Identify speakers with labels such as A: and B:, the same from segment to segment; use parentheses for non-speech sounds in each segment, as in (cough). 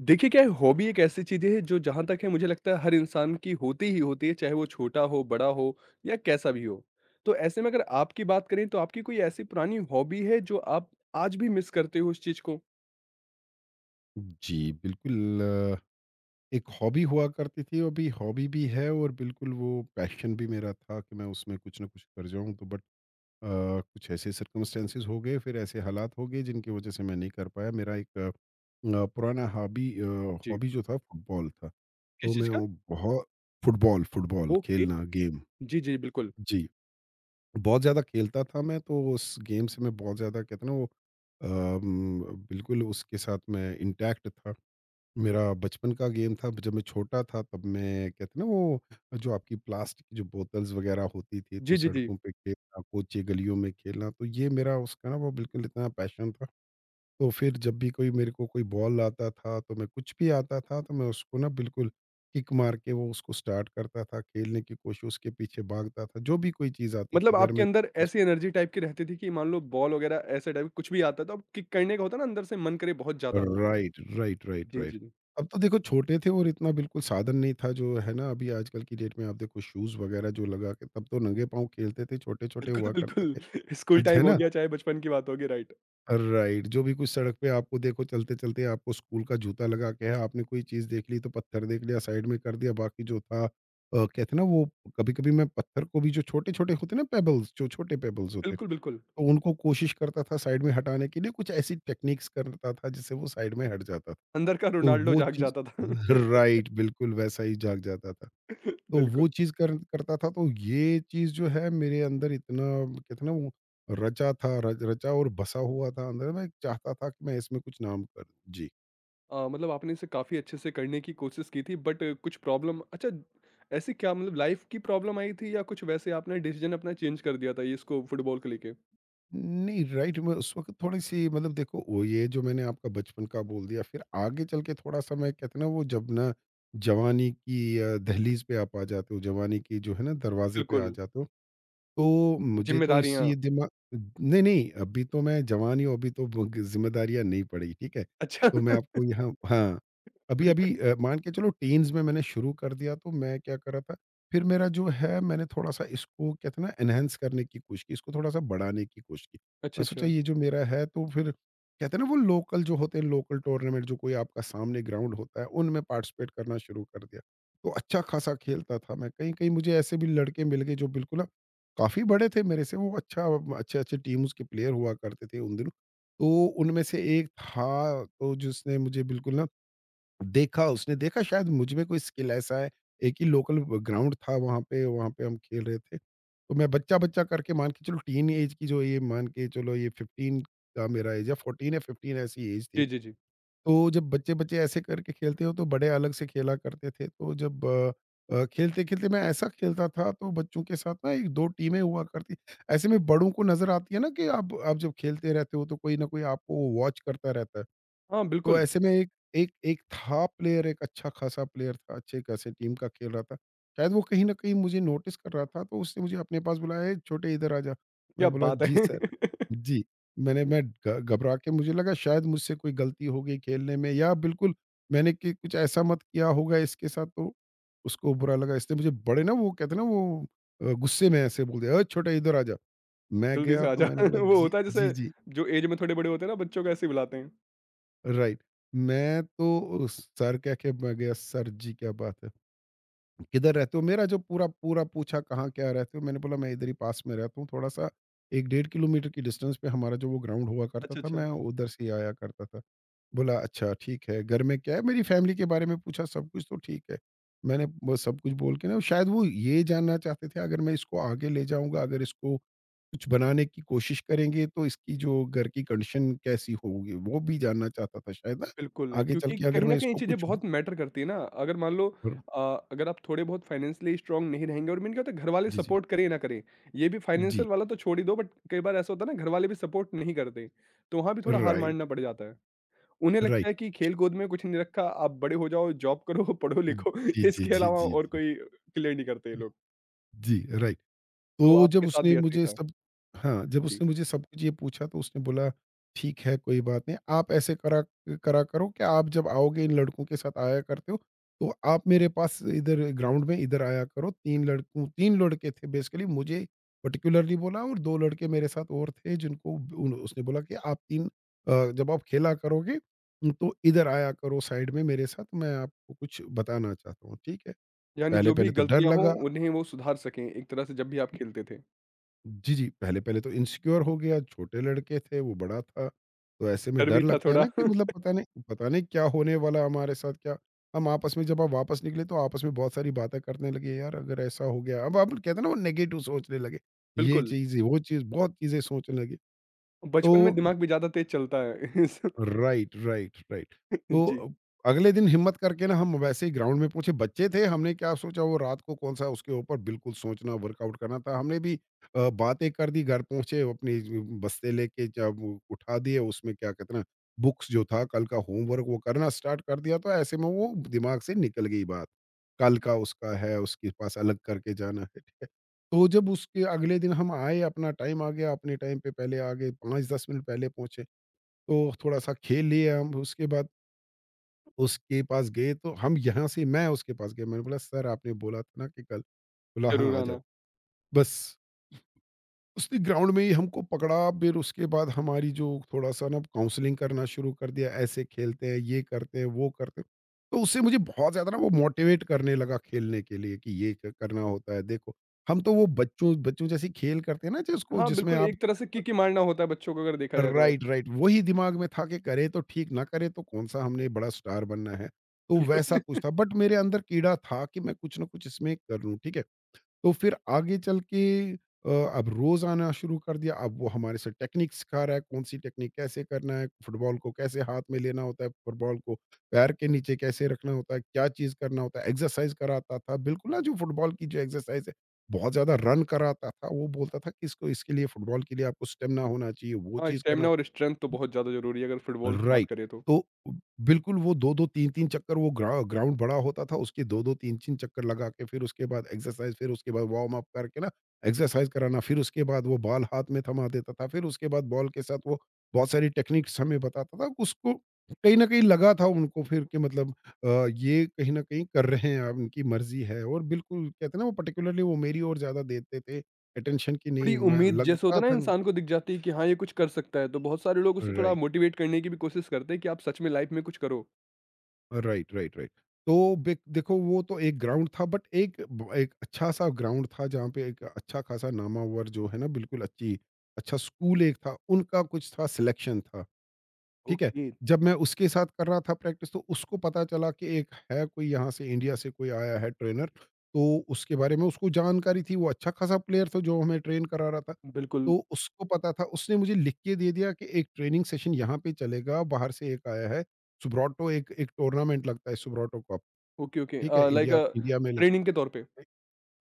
A: देखिए क्या है हॉबी एक ऐसी चीज है जो जहां तक है मुझे लगता है हर इंसान की होती ही होती है चाहे वो छोटा हो बड़ा हो या कैसा भी हो तो ऐसे में अगर आपकी बात करें तो आपकी कोई ऐसी पुरानी हॉबी है जो आप आज भी मिस करते हो उस चीज को
B: जी, बिल्कुल एक हॉबी हुआ करती थी, अभी हॉबी भी है और बिल्कुल वो पैशन भी मेरा था कि मैं उसमें कुछ न कुछ कर जाऊँ तो बट अ, कुछ ऐसे सर्कमस्टेंसेस हो गए, फिर ऐसे हालात हो गए जिनकी वज़ह से मैं नहीं कर पाया। मेरा एक पुराना हॉबी, अ,
A: जी
B: हॉबी जो था फुटबॉल था। तो
A: किस
B: मैं
A: चीज का
B: वो बहुत फुटबॉल फुटबॉल
A: ओके
B: खेलना गेम।
A: जी जी बिल्कुल
B: जी, बहुत ज़्यादा खेलता था मैं। तो उस गेम से मैं बहुत ज़्यादा, कहते हैं ना वो अम, बिल्कुल उसके साथ मैं इंटैक्ट था। मेरा बचपन का गेम था। जब मैं छोटा था तब मैं, कहते ना वो, जो आपकी प्लास्टिक की जो बोतल्स वगैरह होती थी तो
A: जी जी जी
B: सड़कों पे खेलना, कोचे गलियों में खेलना, तो ये मेरा उसका ना वो बिल्कुल इतना पैशन था। तो फिर जब भी कोई मेरे को कोई बॉल आता था तो, मैं कुछ भी आता था तो मैं उसको ना बिल्कुल किक मार के वो उसको स्टार्ट करता था खेलने की कोशिश, उसके पीछे भागता था जो भी कोई चीज़ आती थी
A: मतलब
B: घर
A: आपके
B: में।
A: अंदर ऐसी एनर्जी टाइप की रहती थी कि मान लो बॉल वगैरह ऐसे टाइप कुछ भी आता तो अब किक करने का होता ना अंदर से मन करे बहुत ज्यादा
B: राइट, राइट, राइट,
A: जी
B: राइट।
A: जी जी
B: अब तो देखो छोटे थे और इतना बिल्कुल साधन नहीं था जो है ना, अभी आजकल की डेट में आप देखो शूज़ वगैरह जो लगा के, तब तो नंगे पाँव खेलते थे, छोटे-छोटे
A: बिल्कुल
B: हुआ करते
A: बिल्कुल
B: थे।
A: (laughs) स्कूल टाइम
B: है
A: हो
B: ना?
A: गया चाहे बचपन की बात होगी राइट
B: राइट, जो भी कुछ सड़क पे आपको देखो, चलते-चलते आपको स्कूल का जूता लगा के है, आपने कोई चीज़ देख ली तो पत्थर देख लिया साइड में कर दिया, बाकी जो था, कहते हैं ना वो, कभी-कभी मैं पत्थर को भी, जो छोटे-छोटे होते हैं ना पेबल्स, जो छोटे पेबल्स होते हैं,
A: बिल्कुल बिल्कुल
B: तो उनको कोशिश करता था साइड में हटाने के लिए, कुछ ऐसी टेक्निक्स करता था जिससे वो साइड में हट जाता था।
A: अंदर का
B: तो
A: रोनाल्डो
B: वो
A: जाग
B: चीज़
A: जाता था
B: (laughs) राइट, बिल्कुल वैसा ही जाग जाता था।
A: (laughs)
B: तो वो
A: बिल्कुल।
B: चीज़ कर करता था, तो ये चीज़ जो है मेरे अंदर इतना, कहते हैं ना वो, रचा था, र रचा और बसा हुआ था अंदर। मैं चाहता था कि मैं इसमें कुछ नाम कर दूँ। जी।
A: मतलब आपने इसे काफ़ी अच्छे से करने की कोशिश की थी बट कुछ प्रॉब्लम अच्छा ऐसी क्या मतलब लाइफ की प्रॉब्लम आई थी या कुछ वैसे आपने डिसीजन अपना चेंज कर दिया था ये इसको फुटबॉल को लेके?
B: नहीं राइट, मैं उस वक़्त थोड़ी-सी मतलब देखो वो, ये जो मैंने आपका बचपन का बोल दिया, फिर आगे चल के थोड़ा-सा मैं, कहते हैं ना वो जब ना जवानी की दहलीज़ पे आप आ जाते हो, जवानी की जो है ना दरवाज़े पे आ
A: बिल्कुल।
B: जाते हो। तो मुझे तो इस
A: ज़िम्मेदारियाँ।
B: ये दिमा, नहीं, नहीं, अभी तो मैं जवान ही हूँ, अभी तो ब ज़िम्मेदारियाँ नहीं पड़ी, ठीक है?
A: अच्छा।
B: तो मैं
A: (laughs)
B: आपको यहाँ, हाँ, अभी-अभी
A: बिल्कुल।
B: मान के चलो टीन्स में मैंने शुरू कर दिया, तो मैं क्या कर रहा था, फिर मेरा जो है मैंने थोड़ा-सा इसको, कहते हैं ना, एनहांस करने की कोशिश की, इसको थोड़ा-सा बढ़ाने की कोशिश की।
A: अच्छा,
B: मैं सोचा
A: अच्छा।
B: ये जो मेरा है, तो फिर कहते हैं ना वो लोकल जो होते हैं, लोकल टूर्नामेंट जो कोई आपका सामने ग्राउंड होता है, उनमें पार्टिसिपेट करना शुरू कर दिया। तो अच्छा खासा खेलता था मैं, कहीं-कहीं मुझे ऐसे भी लड़के मिल गए जो बिल्कुल ना काफ़ी बड़े थे मेरे से। वो अच्छा, अच्छे-अच्छे टीम्स के प्लेयर हुआ करते थे उन दिनों। तो उनमें से एक था, तो जिसने मुझे बिल्कुल ना देखा, उसने देखा शायद मुझ में कोई स्किल ऐसा है, एक ही लोकल ग्राउंड था वहाँ पे, वहाँ पे हम खेल रहे थे। तो मैं बच्चा-बच्चा करके, मान के चलो टीन ऐज की, जो ये मान के चलो ये 15 का मेरा ऐज है, 14 या 15 ऐसी ऐज थी।
A: जी, जी, जी।
B: तो जब बच्चे-बच्चे ऐसे करके खेलते हो तो बड़े अलग से खेला करते थे। तो जब खेलते-खेलते मैं ऐसा खेलता था तो बच्चों के साथ ना 1-2 टीमें हुआ करती। ऐसे में बड़ों को नज़र आती है ना कि आप जब खेलते रहते हो तो कोई ना कोई आपको वॉच करता रहता है।
A: हाँ,
B: तो
A: बिल्कुल।
B: ऐसे में एक एक एक था प्लेयर, एक अच्छा ख़ासा प्लेयर था, अच्छे ख़ासे टीम का खेल रहा था। शायद वो कहीं न कहीं मुझे नोटिस कर रहा था, तो उसने मुझे अपने पास बुलाया, "ए छोटे इधर आ जा।"
A: क्या
B: मैं बोला,
A: बात
B: "जी
A: है!
B: सर।"
A: (laughs)
B: जी, मैंने मैं घ घबरा के, मुझे लगा शायद मुझसे कोई गलती हो गई खेलने में, या बिल्कुल मैंने कि कुछ ऐसा मत किया होगा इसके साथ तो उसको बुरा लगा। इसने मुझे बड़े ना वो कहते हैं ना वो गुस्से में ऐसे बोल दिया, "ए छोटा इधर आ जा।" मैं
A: जल्दी
B: गया
A: से आ
B: तो
A: जा।
B: मैंने बोला,
A: (laughs) वो
B: "जी,
A: होता है
B: जी,
A: जैसे
B: जी।"
A: जो एज में थोड़े बड़े होते हैं ना बच्चों को ऐसे ही बुलाते हैं।
B: राइट। मैं तो सर कह के मैं गया, "सर जी क्या बात है? किधर रहते हो?" मेरा जो पूरा पूरा पूछा, "कहाँ क्या रहते हो?" मैंने बोला, "मैं इधर ही पास में रहता हूँ, थोड़ा-सा 1 डेढ़ किलोमीटर की डिस्टेंस पे हमारा जो वो ग्राउंड हुआ करता
A: अच्छा,
B: था, मैं
A: अच्छा।
B: उधर से ही आया करता था।" बोला, "अच्छा ठीक है, घर में क्या है?" मेरी फैमिली के बारे में पूछा, सब कुछ तो ठीक है। मैंने वो सब कुछ बोल के, ना शायद वो ये जानना चाहते थे, अगर मैं इसको आगे ले जाऊँगा, अगर इसको कुछ बनाने की कोशिश करेंगे तो इसकी जो घर की कंडीशन कैसी होगी वो भी जानना चाहता था शायद ना,
A: बिल्कुल,
B: आगे चल
A: क्योंकि
B: के अगर
A: कहीं न
B: मैं
A: कहीं ये
B: इसको
A: चीज़ें
B: कुछ
A: बहुत मैटर करती है ना, अगर मान लो
B: र-।
A: अगर आप थोड़े बहुत फाइनेंशियली स्ट्रॉन्ग नहीं रहेंगे और मेन क्या होता है घरवाले
B: जी जी
A: सपोर्ट करें या ना करें, ये भी
B: जी,
A: फाइनेंशियल वाला तो छोड़ ही दो बट कई बार ऐसा होता है ना घरवाले भी सपोर्ट नहीं करते, तो वहाँ भी थोड़ा हार
B: राइट
A: मानना पड़ जाता है। उन्हें लगता
B: राइट,
A: है कि
B: जी
A: खेल-कूद में कुछ नहीं रखा, आप बड़े हो जाओ, जॉब करो, पढ़ो-लिखो,
B: जी
A: (laughs)
B: जी
A: इसके
B: जी,
A: अलावा
B: जी
A: और कोई क्लियर नहीं करते ये लोग,
B: जी, राइट।
A: तो
B: तो जब
A: आपके साथ
B: उसने
A: भी ऐसा ही
B: मुझे
A: था?
B: सब, हाँ, जब
A: जी,
B: उसने मुझे सब कुछ ये पूछा तो उसने बोला, "ठीक है, कोई बात नहीं। आप ऐसे करा करा करो कि आप जब आओगे इन लड़कों के साथ आया करते हो, तो आप मेरे पास इधर ग्राउंड में इधर आया करो।" 3 लड़के थे बेसिकली, मुझे पार्टिकुलरली बोला और 2 लड़के मेरे साथ और थे जिनको उन उसने बोला कि आप 3, जब आप खेला करोगे तो इधर आया करो साइड में मेरे साथ, मैं आपको कुछ बताना चाहता हूँ, ठीक है।
A: यानी जो भी
B: पहले-पहले तो डर
A: गलतियाँ हों
B: लगा।
A: उन्हें वो सुधार सकें एक तरह से जब भी आप खेलते थे,
B: जी, जी। पहले-पहले तो इनसिक्योर हो गया, छोटे लड़के थे, वो बड़ा था। तो ऐसे में
A: डर
B: डर
A: भी था
B: लगता है ना
A: थोड़ा।
B: कि मतलब
A: (laughs)
B: पता नहीं क्या होने वाला हमारे साथ क्या। हम आपस में, जब आप वापस निकले तो आपस में बहुत सारी बातें करने लगे, यार अगर ऐसा हो गया, अब आप कहते हैं ना वो नेगेटिव सोचने लगे। ये
A: बिल्कुल।
B: चीज़, वो चीज़, बहुत चीज़ें सोचने लगे। तो
A: बचपन में दिमाग भी ज़्यादा तेज़ चलता है। (laughs)
B: Right, right, right. तो
A: जी,
B: अगले दिन हिम्मत करके ना हम वैसे ही ग्राउंड में पहुँचे, बच्चे थे, हमने क्या सोचा वो रात को, कौन-सा उसके ऊपर बिल्कुल सोचना वर्कआउट करना था। हमने भी बातें कर दी, घर पहुँचे अपनी ज बस्ते लेके, जब वो उठा दिए उसमें क्या कहते हैं ना बुक्स, जो था कल का होमवर्क वो करना स्टार्ट कर दिया, तो ऐसे में वो दिमाग से निकल गई बात। कल का उसका है, उसके पास अलग करके जाना है, ठीक है। तो जब उसके अगले दिन हम आए, अपना टाइम आ गया, अपने टाइम पे पहले आ गए, 5-10 मिनट पहले पहुँचे। तो थोड़ा-सा खेल लिए हम, उसके बाद उसके पास गए, तो हम यहाँ से, मैं उसके पास गया, मैंने बोला, "सर आपने बोला था ना कि कल।" बोला,
A: ज़रूर
B: "हाँ, आ जाओ।"
A: आना।
B: बस उसने ग्राउंड में ही हमको पकड़ा, फिर उसके बाद हमारी जो थोड़ा-सा ना काउंसलिंग करना शुरू कर दिया, ऐसे खेलते हैं, ये करते हैं, वो करते हैं। तो उससे मुझे बहुत ज़्यादा ना वो मोटिवेट करने लगा खेलने के लिए, कि ये क करना होता है, देखो। हम तो वो बच्चों बच्चों जैसे खेल करते हैं ना, जिसको
A: हाँ,
B: जिसमें
A: बिल्कुल
B: आप
A: एक तरह से किक ही मारना होता है बच्चों को अगर देखा जाए तो बस।
B: Right, right. वही दिमाग में था कि करें तो ठीक, ना करें तो कौन-सा हमने बड़ा स्टार बनना है। तो
A: बिल्कुल।
B: वैसा कुछ
A: (laughs)
B: था, बट मेरे अंदर कीड़ा था कि मैं कुछ न कुछ इसमें कर लूँ, ठीक है? तो फिर आगे चल के अ, अब रोज़ आना शुरू कर दिया। अब वो हमारे से टेक्निक सिखा रहा है, कौन-सी टेक्निक कैसे करना है, फुटबॉल को कैसे हाथ में लेना होता है, फुटबॉल को पैर के नीचे कैसे रखना होता है, क्या चीज़ करना होता है। एक्सरसाइज़ कराता था, बिल्कुल ना जो फुटबॉल की जो एक्सरसाइज़ है, बहुत ज़्यादा रन कराता था। वो बोलता था कि इसको, इसके लिए फुटबॉल के लिए आपको स्टेमिना होना चाहिए, वो
A: हाँ,
B: चीज़ करना,
A: स्टैमिना और स्ट्रेंथ तो बहुत ज़्यादा ज़रूरी है अगर फुटबॉल की बात
B: राइट।
A: करें तो।
B: तो बिल्कुल वो 2-2 3-3 चक्कर, वो ग्राउंड बड़ा होता था, उसके 2-2 3-3 चक्कर लगा के, फिर उसके बाद एक्सरसाइज़, फिर उसके बाद वार्म अप करके ना एक्सरसाइज़ कराना, फिर उसके बाद वो बॉल हाथ में थमा देता था, फिर उसके बाद बॉल के साथ वो बहुत सारी टेक्निक्स हमें बताता था। उसको कहीं न कहीं लगा था उनको फिर, कि मतलब ये कहीं न कहीं कर रहे हैं, अब इनकी मर्ज़ी है, और बिल्कुल कहते हैं ना वो पार्टिकुलरली वो मेरी ओर ज़्यादा देते थे अटेंशन, कि नहीं
A: थोड़ी
B: मैं
A: उम्मीद जैसे
B: लगता
A: होता है ना
B: था
A: इंसान को दिख जाती है कि हाँ, ये कुछ कर सकता है, तो बहुत सारे लोग उसे थोड़ा
B: राइट।
A: मोटिवेट करने की भी कोशिश करते हैं कि आप सच में लाइफ़ में कुछ करो।
B: Right, right, right. तो बिक देखो वो तो एक ग्राउंड था, बट एक ब एक अच्छा-सा ग्राउंड था, जहाँ पे एक अच्छा-खासा नामावर जो है ना, बिल्कुल अच्छी, अच्छा स्कूल एक था, उनका कुछ था सिलेक्शन था। ठीक है?
A: ओके,
B: जब मैं उसके साथ कर रहा था प्रैक्टिस तो उसको पता चला कि एक है कोई यहाँ से इंडिया से कोई आया है ट्रेनर, तो उसके बारे में उसको जानकारी थी, वो अच्छा खासा प्लेयर था जो हमें ट्रेन करा रहा था।
A: बिल्कुल।
B: तो उसको पता था, उसने मुझे लिख के दे दिया कि एक ट्रेनिंग सेशन यहाँ पे चलेगा, बाहर से एक आया है, सुब्राटो एक एक टूर्नामेंट लगता है सुब्राटो कप,
A: ओके, ओके
B: ठीक है?
A: लाइक
B: इंडिया
A: अ,
B: इंडिया में
A: ट्रेनिंग
B: लगता
A: के तौर पे।
B: है।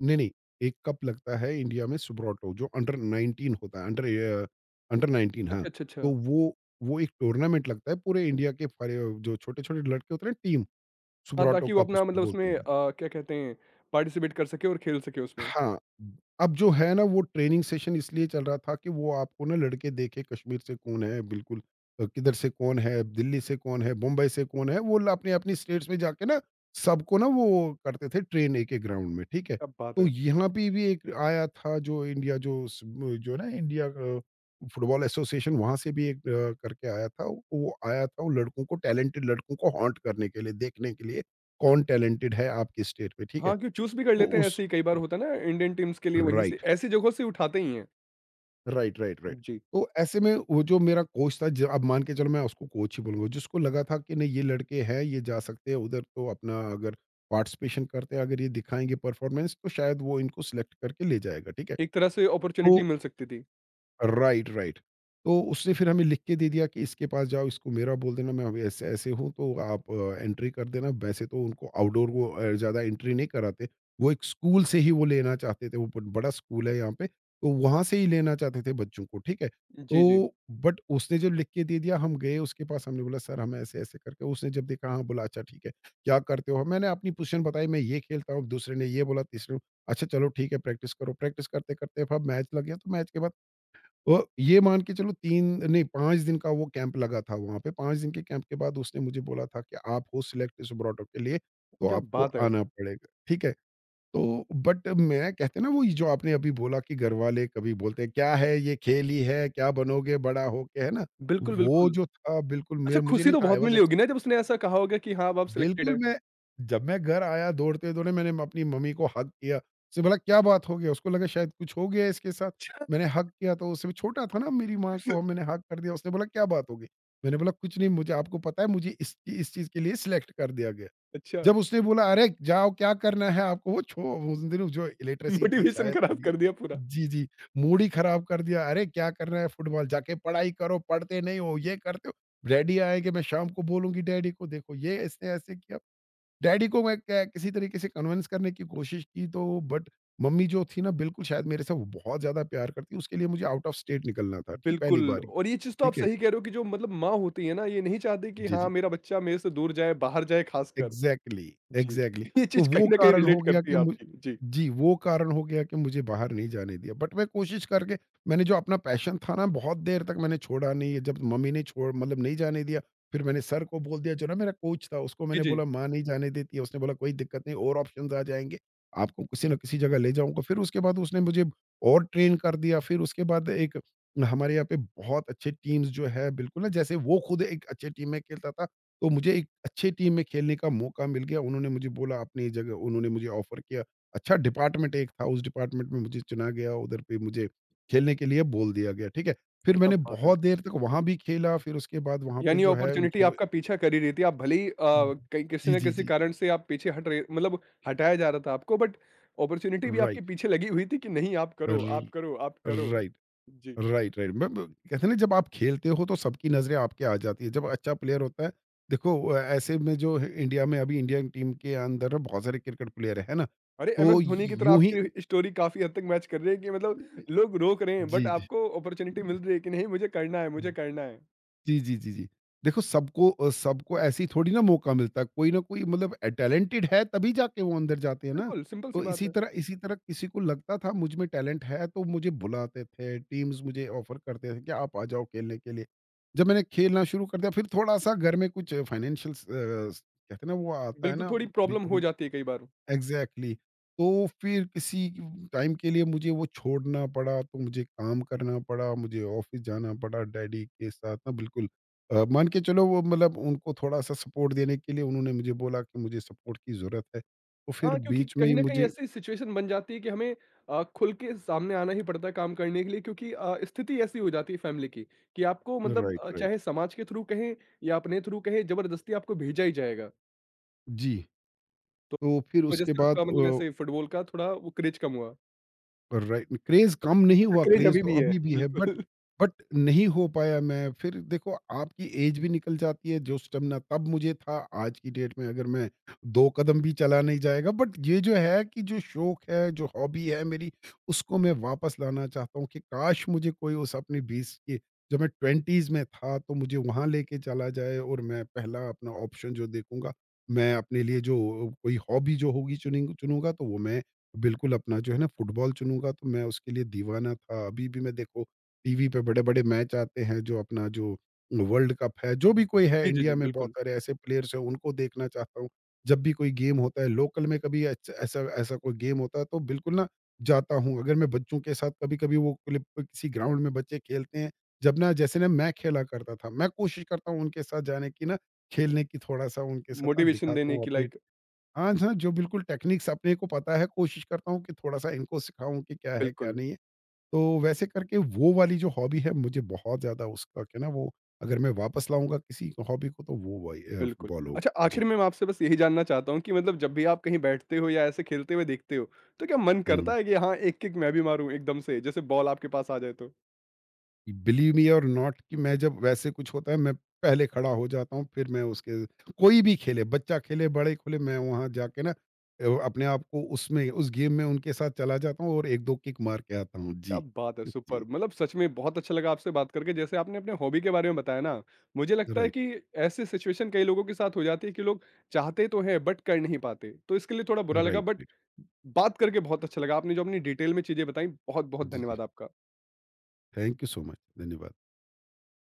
B: नहीं, नहीं, 1 कप लगता है इंडिया में सुब्रोटो जो अंडर 19 होता है, अ, अंडर 19, हाँ,
A: अच्छा, अच्छा,
B: तो
A: अच्छा।
B: वो एक टूर्नामेंट लगता है पूरे इंडिया के फरे जो छोटे-छोटे लड़के होते हैं ना टीम,
A: हाँ,
B: सुब्रोटो
A: ताकि वो
B: कप
A: अपना
B: उसको
A: मतलब
B: बोलते
A: उसमें
B: हैं।
A: क्या कहते हैं पार्टिसिपेट कर सके और खेल सके उसमें।
B: हाँ, अब जो है ना वो ट्रेनिंग सेशन इसलिए चल रहा था कि वो आपको ना लड़के देखे कश्मीर से कौन है, बिल्कुल किधर से कौन है, दिल्ली से कौन है, बम्बई से कौन है, वो ल अपनी-अपनी स्टेट्स में जाके ना सबको ना वो करते थे ट्रेन एक-एक ग्राउंड में, ठीक है।
A: क्या बात
B: तो
A: है!
B: यहाँ पे भी एक आया था जो है ना इंडिया फुटबॉल एसोसिएशन वहाँ से भी एक करके आया था। वो आया था वो लड़कों को टैलेंटेड लड़कों को हॉन्ट करने के लिए, देखने के लिए कौन टैलेंटेड है आपके स्टेट में, ठीक है।
A: हाँ, क्यों चूज़ भी कर
B: तो
A: लेते हैं
B: उस
A: ऐसे ही कई बार होता है ना इंडियन टीम्स के लिए वहीं से
B: राइट।
A: ऐसी जगहों से उठाते ही हैं।
B: Right, right, right.
A: जी।
B: तो ऐसे में वो जो मेरा कोच था जो अब मान के चलो मैं उसको कोच ही बोलूंगा, जिसको लगा था कि नहीं ये लड़के हैं ये जा सकते हैं उधर, तो अपना अगर पार्टिसिपेशन करते हैं, अगर ये दिखाएंगे परफॉर्मेंस, तो शायद वो इनको सिलेक्ट करके ले जाएगा, ठीक है।
A: एक तरह से
B: तो
A: अपॉर्च्युनिटी मिल सकती थी।
B: Right, right. तो उसने फिर हमें लिख के दे दिया कि इसके पास जाओ, इसको मेरा बोल देना मैं अभी ऐसे-ऐसे हूँ, तो आप एंट्री कर देना। वैसे तो उनको आउटडोर को ज़्यादा एंट्री नहीं कराते। वो एक स्कूल से ही वो लेना चाहते थे, वो ब बड़ा स्कूल है यहाँ पे, तो वहाँ से ही लेना चाहते थे बच्चों को, ठीक है।
A: जी, जी।
B: तो बट उसने जब लिख के दे दिया, हम गए उसके पास, हमने बोला सर हम ऐसे-ऐसे करके, उसने जब देखा हाँ, बोला अच्छा ठीक है, क्या करते हो? मैंने अपनी पोज़ीशन बताई, मैं ये खेलता हूँ, दूसरे ने ये बोला, तीसरे ने- अच्छा चलो ठीक है प्रैक्टिस करो। प्रैक्टिस करते-करते अब मैच लग गया, तो मैच के बाद और ये मान के चलो 3 नहीं 5 दिन का वो कैंप लगा था वहाँ पे, 5 दिन के कैंप के बाद उसने मुझे बोला था कि आप हो सिलेक्ट इस ब्रॉडक्ट के लिए, तो
A: क्या
B: आपको
A: बात है!
B: आना पड़ेगा, ठीक है। तो बट मैं कहते हैं ना वो जो आपने अभी बोला कि घरवाले कभी बोलते हैं, "क्या है ये खेल ही है, क्या बनोगे बड़ा होके?" है ना?
A: बिल्कुल,
B: वो
A: बिल्कुल।
B: जो था बिल्कुल, मैं
A: अच्छा
B: मुझे
A: खुशी
B: नहीं
A: तो
B: था, आई
A: बहुत
B: वाज़
A: मिली होगी ना जब उसने ऐसा कहा होगा कि हाँ, अब आप सिलेक्टेड
B: बिल्कुल,
A: हैं।
B: मैं जब मैं घर आया दौड़ते-दौड़े मैंने अपनी मम्मी को हग किया। उसने बोला क्या बात हो गया? उसको लगा शायद कुछ हो गया इसके साथ। मैंने हग किया तो उससे छोटा था ना, मेरी माँ को मैंने हग कर दिया। उसने बोला क्या बात हो गई? मैंने बोला कुछ नहीं, मुझे आपको पता है मुझे इस चीज़ के लिए सिलेक्ट कर दिया गया।
A: अच्छा,
B: जब उसने बोला, "अरे! जाओ क्या करना है आपको?" वो छो उस दिन जो
A: (laughs)
B: इलिटरेसी थी
A: मोटिवेशन
B: शायद
A: खराब
B: मेरी,
A: कर दिया पूरा।
B: जी, जी, मूड ही ख़राब कर दिया। "अरे! क्या करना है फुटबॉल? जाके पढ़ाई करो, पढ़ते नहीं हो, ये करते हो।" डैडी आएँगे, मैं शाम को बोलूँगी डैडी को, "देखो ये इसने ऐसे किया।" डैडी को मैं क किसी तरीके से कन्विंस करने की कोशिश की, तो बट मम्मी जो थी ना बिल्कुल, शायद मेरे से वो बहुत ज़्यादा प्यार करती है, उसके लिए मुझे आउट ऑफ स्टेट निकलना था, ठीक पहली
A: बिल्कुल
B: बारी,
A: और ये चीज़ तो आप
B: ठीक है?
A: सही कह रहे हो कि जो मतलब माँ होती है ना ये नहीं चाहती कि
B: जी,
A: हाँ,
B: जी।
A: मेरा बच्चा मेरे से दूर जाए, बाहर जाए खासकर।
B: एग्ज़ैक्टली,
A: जी,
B: एग्ज़ैक्टली।
A: (laughs) ये
B: तो
A: चीज़
B: वो
A: कहीं न कहीं
B: कारण हो
A: रिलेट
B: गया
A: करती
B: कि
A: है
B: मु
A: आपकी। जी।
B: जी, वो कारण हो गया कि मुझे बाहर नहीं जाने दिया। बट मैं कोशिश करके मैंने जो अपना पैशन था ना बहुत देर तक मैंने छोड़ा नहीं है। जब मम्मी ने छोड़ मतलब नहीं जाने दिया, फिर मैंने सर को बोल दिया जो ना मेरा कोच था, उसको
A: जी,
B: मैंने
A: जी।
B: बोला माँ नहीं जाने देती है। उसने बोला कोई दिक्कत नहीं और ऑप्शंस आ जाएँगे, आपको किसी न किसी जगह ले जाऊँगा। फिर उसके बाद उसने मुझे और ट्रेन कर दिया। फिर उसके बाद एक हमारे यहाँ पे बहुत अच्छे टीम्स जो है बिल्कुल ना, जैसे वो खुद एक अच्छे टीम में खेलता था, तो मुझे एक अच्छे टीम में खेलने का मौका मिल गया। उन्होंने मुझे बोला अपनी जगह, उन्होंने मुझे ऑफ़र किया। अच्छा डिपार्टमेंट एक था, उस डिपार्टमेंट में मुझे चुना गया, उधर पे मुझे खेलने के लिए बोल दिया गया, ठीक है। फिर
A: क्या
B: मैंने
A: बात है!
B: बहुत देर तक वहाँ भी खेला, फिर उसके बाद वहाँ पे
A: यानी
B: जो है
A: अपॉर्च्युनिटी
B: इंटरव्यू,
A: आपका पीछा कर ही रही थी, आप भले ही कहीं किसी
B: जी,
A: न
B: जी,
A: किसी
B: जी।
A: कारण से आप पीछे हट रहे मतलब हटाया जा रहा था आपको बट अपॉर्च्युनिटी भी
B: राइट,
A: आपके पीछे लगी हुई थी कि नहीं आप करो, आप
B: र
A: करो, आप करो।
B: राइट,
A: जी।
B: Right, right. ब ब कहते हैं ना जब आप खेलते हो तो सबकी नज़रें आपके आ जाती है। जब अच्छा प्लेयर होता है, देखो ऐसे में जो है इंडिया में अभी इंडियन टीम के अंदर ना बहुत सारे क्रिकेट प्लेयर हैं, है ना?
A: अरे! एमएस
B: तो
A: धोनी की तरह
B: यूँ ही,
A: आपकी स्टोरी काफ़ी हद तक मैच कर रही है कि मतलब लोग रोक रहे हैं बट
B: जी, जी।
A: आपको अपॉर्च्युनिटी मिल रही है कि नहीं मुझे करना है, मुझे करना है।
B: जी, जी, जी, जी। देखो सबको ऐसे ही थोड़ी ना मौका मिलता है, कोई ना कोई मतलब टैलेंटेड है, तभी जाके वो अंदर जाते हैं ना।
A: बिल्कुल, सिंपल सी
B: तो
A: बात है।
B: इसी तरह किसी को लगता था मुझ में टैलेंट है, तो मुझे बुलाते थे, टीम्स मुझे ऑफ़र करते थे कि आप आ जाओ खेलने के लिए। जब मैंने खेलना शुरू कर दिया, फिर थोड़ा-सा घर में कुछ फाइनेंशियल कहते हैं ना वो आता है
A: बिल्कुल,
B: ना
A: थोड़ी प्रॉब्लम हो
B: कभी-कभी,
A: जाती है कई बार।
B: Exactly exactly. तो फिर किसी टाइम के लिए मुझे वो छोड़ना पड़ा, तो मुझे काम करना पड़ा, मुझे ऑफिस जाना पड़ा डैडी के साथ ना बिल्कुल, मान के चलो वो मतलब उनको थोड़ा सा सपोर्ट देने के लिए, उन्होंने मुझे बोला कि मुझे सपोर्ट की ज़रूरत है, तो फिर
A: हाँ, क्योंकि
B: बीच में
A: कहीं
B: ही
A: न कहीं
B: मुझे,
A: ऐसी सिचुएशन बन जाती है कि हमें खुल के सामने आना ही पड़ता है काम करने के लिए क्योंकि स्थिति ऐसी हो जाती है फैमिली की कि आपको मतलब
B: राइट, राइट,
A: चाहे समाज के थ्रू कहें या अपने थ्रू कहें ज़बरदस्ती आपको भेजा ही जाएगा।
B: जी,
A: तो
B: तो फिर
A: इस वजह
B: उसके
A: से
B: बाद
A: आपका मतलब ऐसे फुटबॉल का थोड़ा वो क्रेज़ कम हुआ।
B: राइट, क्रेज कम नहीं
A: अच्छा
B: हुआ,
A: क्रेज़
B: क्रेज
A: अभी
B: तो
A: भी है
B: अभी भी
A: (laughs)
B: है,
A: बिल्कुल।
B: बट नहीं हो पाया। मैं फिर देखो आपकी एज भी निकल जाती है, जो स्टेमिना तब मुझे था, आज की डेट में अगर मैं 2 कदम भी चला नहीं जाएगा, बट ये जो है कि जो शौक है, जो हॉबी है मेरी, उसको मैं वापस लाना चाहता हूँ कि काश मुझे कोई उस अपने 20 के, जब मैं ट्वेंटीज में था, तो मुझे वहां लेके चला जाए, और मैं पहला अपना ऑप्शन जो देखूंगा, मैं अपने लिए जो कोई हॉबी जो होगी चुनूंगा, तो वो मैं बिल्कुल अपना जो है ना फुटबॉल चुनूँगा, तो मैं उसके लिए दीवाना था। अभी भी मैं देखो टीवी पे बड़े-बड़े मैच आते हैं, जो अपना जो वर्ल्ड कप है, जो भी कोई है,
A: जी, जी,
B: इंडिया
A: जी,
B: में बहुत
A: बिल्कुल।
B: सारे ऐसे प्लेयर्स हैं उनको देखना चाहता हूँ। जब भी कोई गेम होता है लोकल में, कभी ऐच ऐसा ऐसा कोई गेम होता है तो बिल्कुल ना जाता हूँ। अगर मैं बच्चों के साथ कभी-कभी वो क्लिप, किसी ग्राउंड में बच्चे खेलते हैं, जब ना जैसे ना मैं खेला करता था, मैं कोशिश करता हूँ उनके साथ जाने की ना, खेलने की थोड़ा-सा उनके साथ ना
A: मोटिवेशन
B: दिखाता
A: देने
B: हूँ
A: की
B: अपनी,
A: लाइक
B: हाँ, हाँ, जो बिल्कुल टेक्निक्स अपने को पता है, कोशिश करता हूँ कि थोड़ा-सा इनको सिखाऊँ कि क्या है, क्या
A: बिल्कुल।
B: नहीं है। तो वैसे करके वो वाली जो हॉबी है, मुझे बहुत ज़्यादा उसका क्या ना वो, अगर मैं वापस लाऊँगा किसी हॉबी को, तो वो वही
A: बिल्कुल।
B: फुटबॉल
A: अच्छा
B: होगा। जी।
A: आखिर में मैं आपसे बस यही जानना चाहता हूँ कि मतलब जब भी आप कहीं बैठते हो या ऐसे खेलते हुए देखते हो, तो क्या मन
B: हुँ।
A: करता है कि हाँ, एक किक मैं भी मारूँ एकदम से जैसे बॉल आपके पास आ जाए तो?
B: बिलीव मी और नॉट कि मैं, जब वैसे कुछ होता है, मैं पहले खड़ा हो जाता हूँ, फिर मैं उसके, कोई भी खेले, बच्चा खेले, बड़े खेले, मैं वहाँ जाके ना अपने आप को उसमें उस गेम में उनके साथ चला जाता हूँ और 1-2 किक मार के आता हूँ।
A: क्या
B: जी।
A: बात है!
B: जी,
A: सुपर मतलब सच में बहुत अच्छा लगा आपसे बात करके जैसे आपने अपने हॉबी के बारे में बताया ना, मुझे लगता है
B: राइट,
A: कि ऐसी सिचुएशन कई लोगों के साथ हो जाती है कि लोग चाहते तो हैं बट कर नहीं पाते। तो इसके लिए थोड़ा बुरा
B: राइट,
A: लगा बट
B: राइट।
A: बात करके बहुत अच्छा लगा। आपने जो अपनी डिटेल में चीज़ें बताई बहुत-बहुत
B: जी, जी।
A: धन्यवाद आपका।
B: Thank you so much, Daniwa.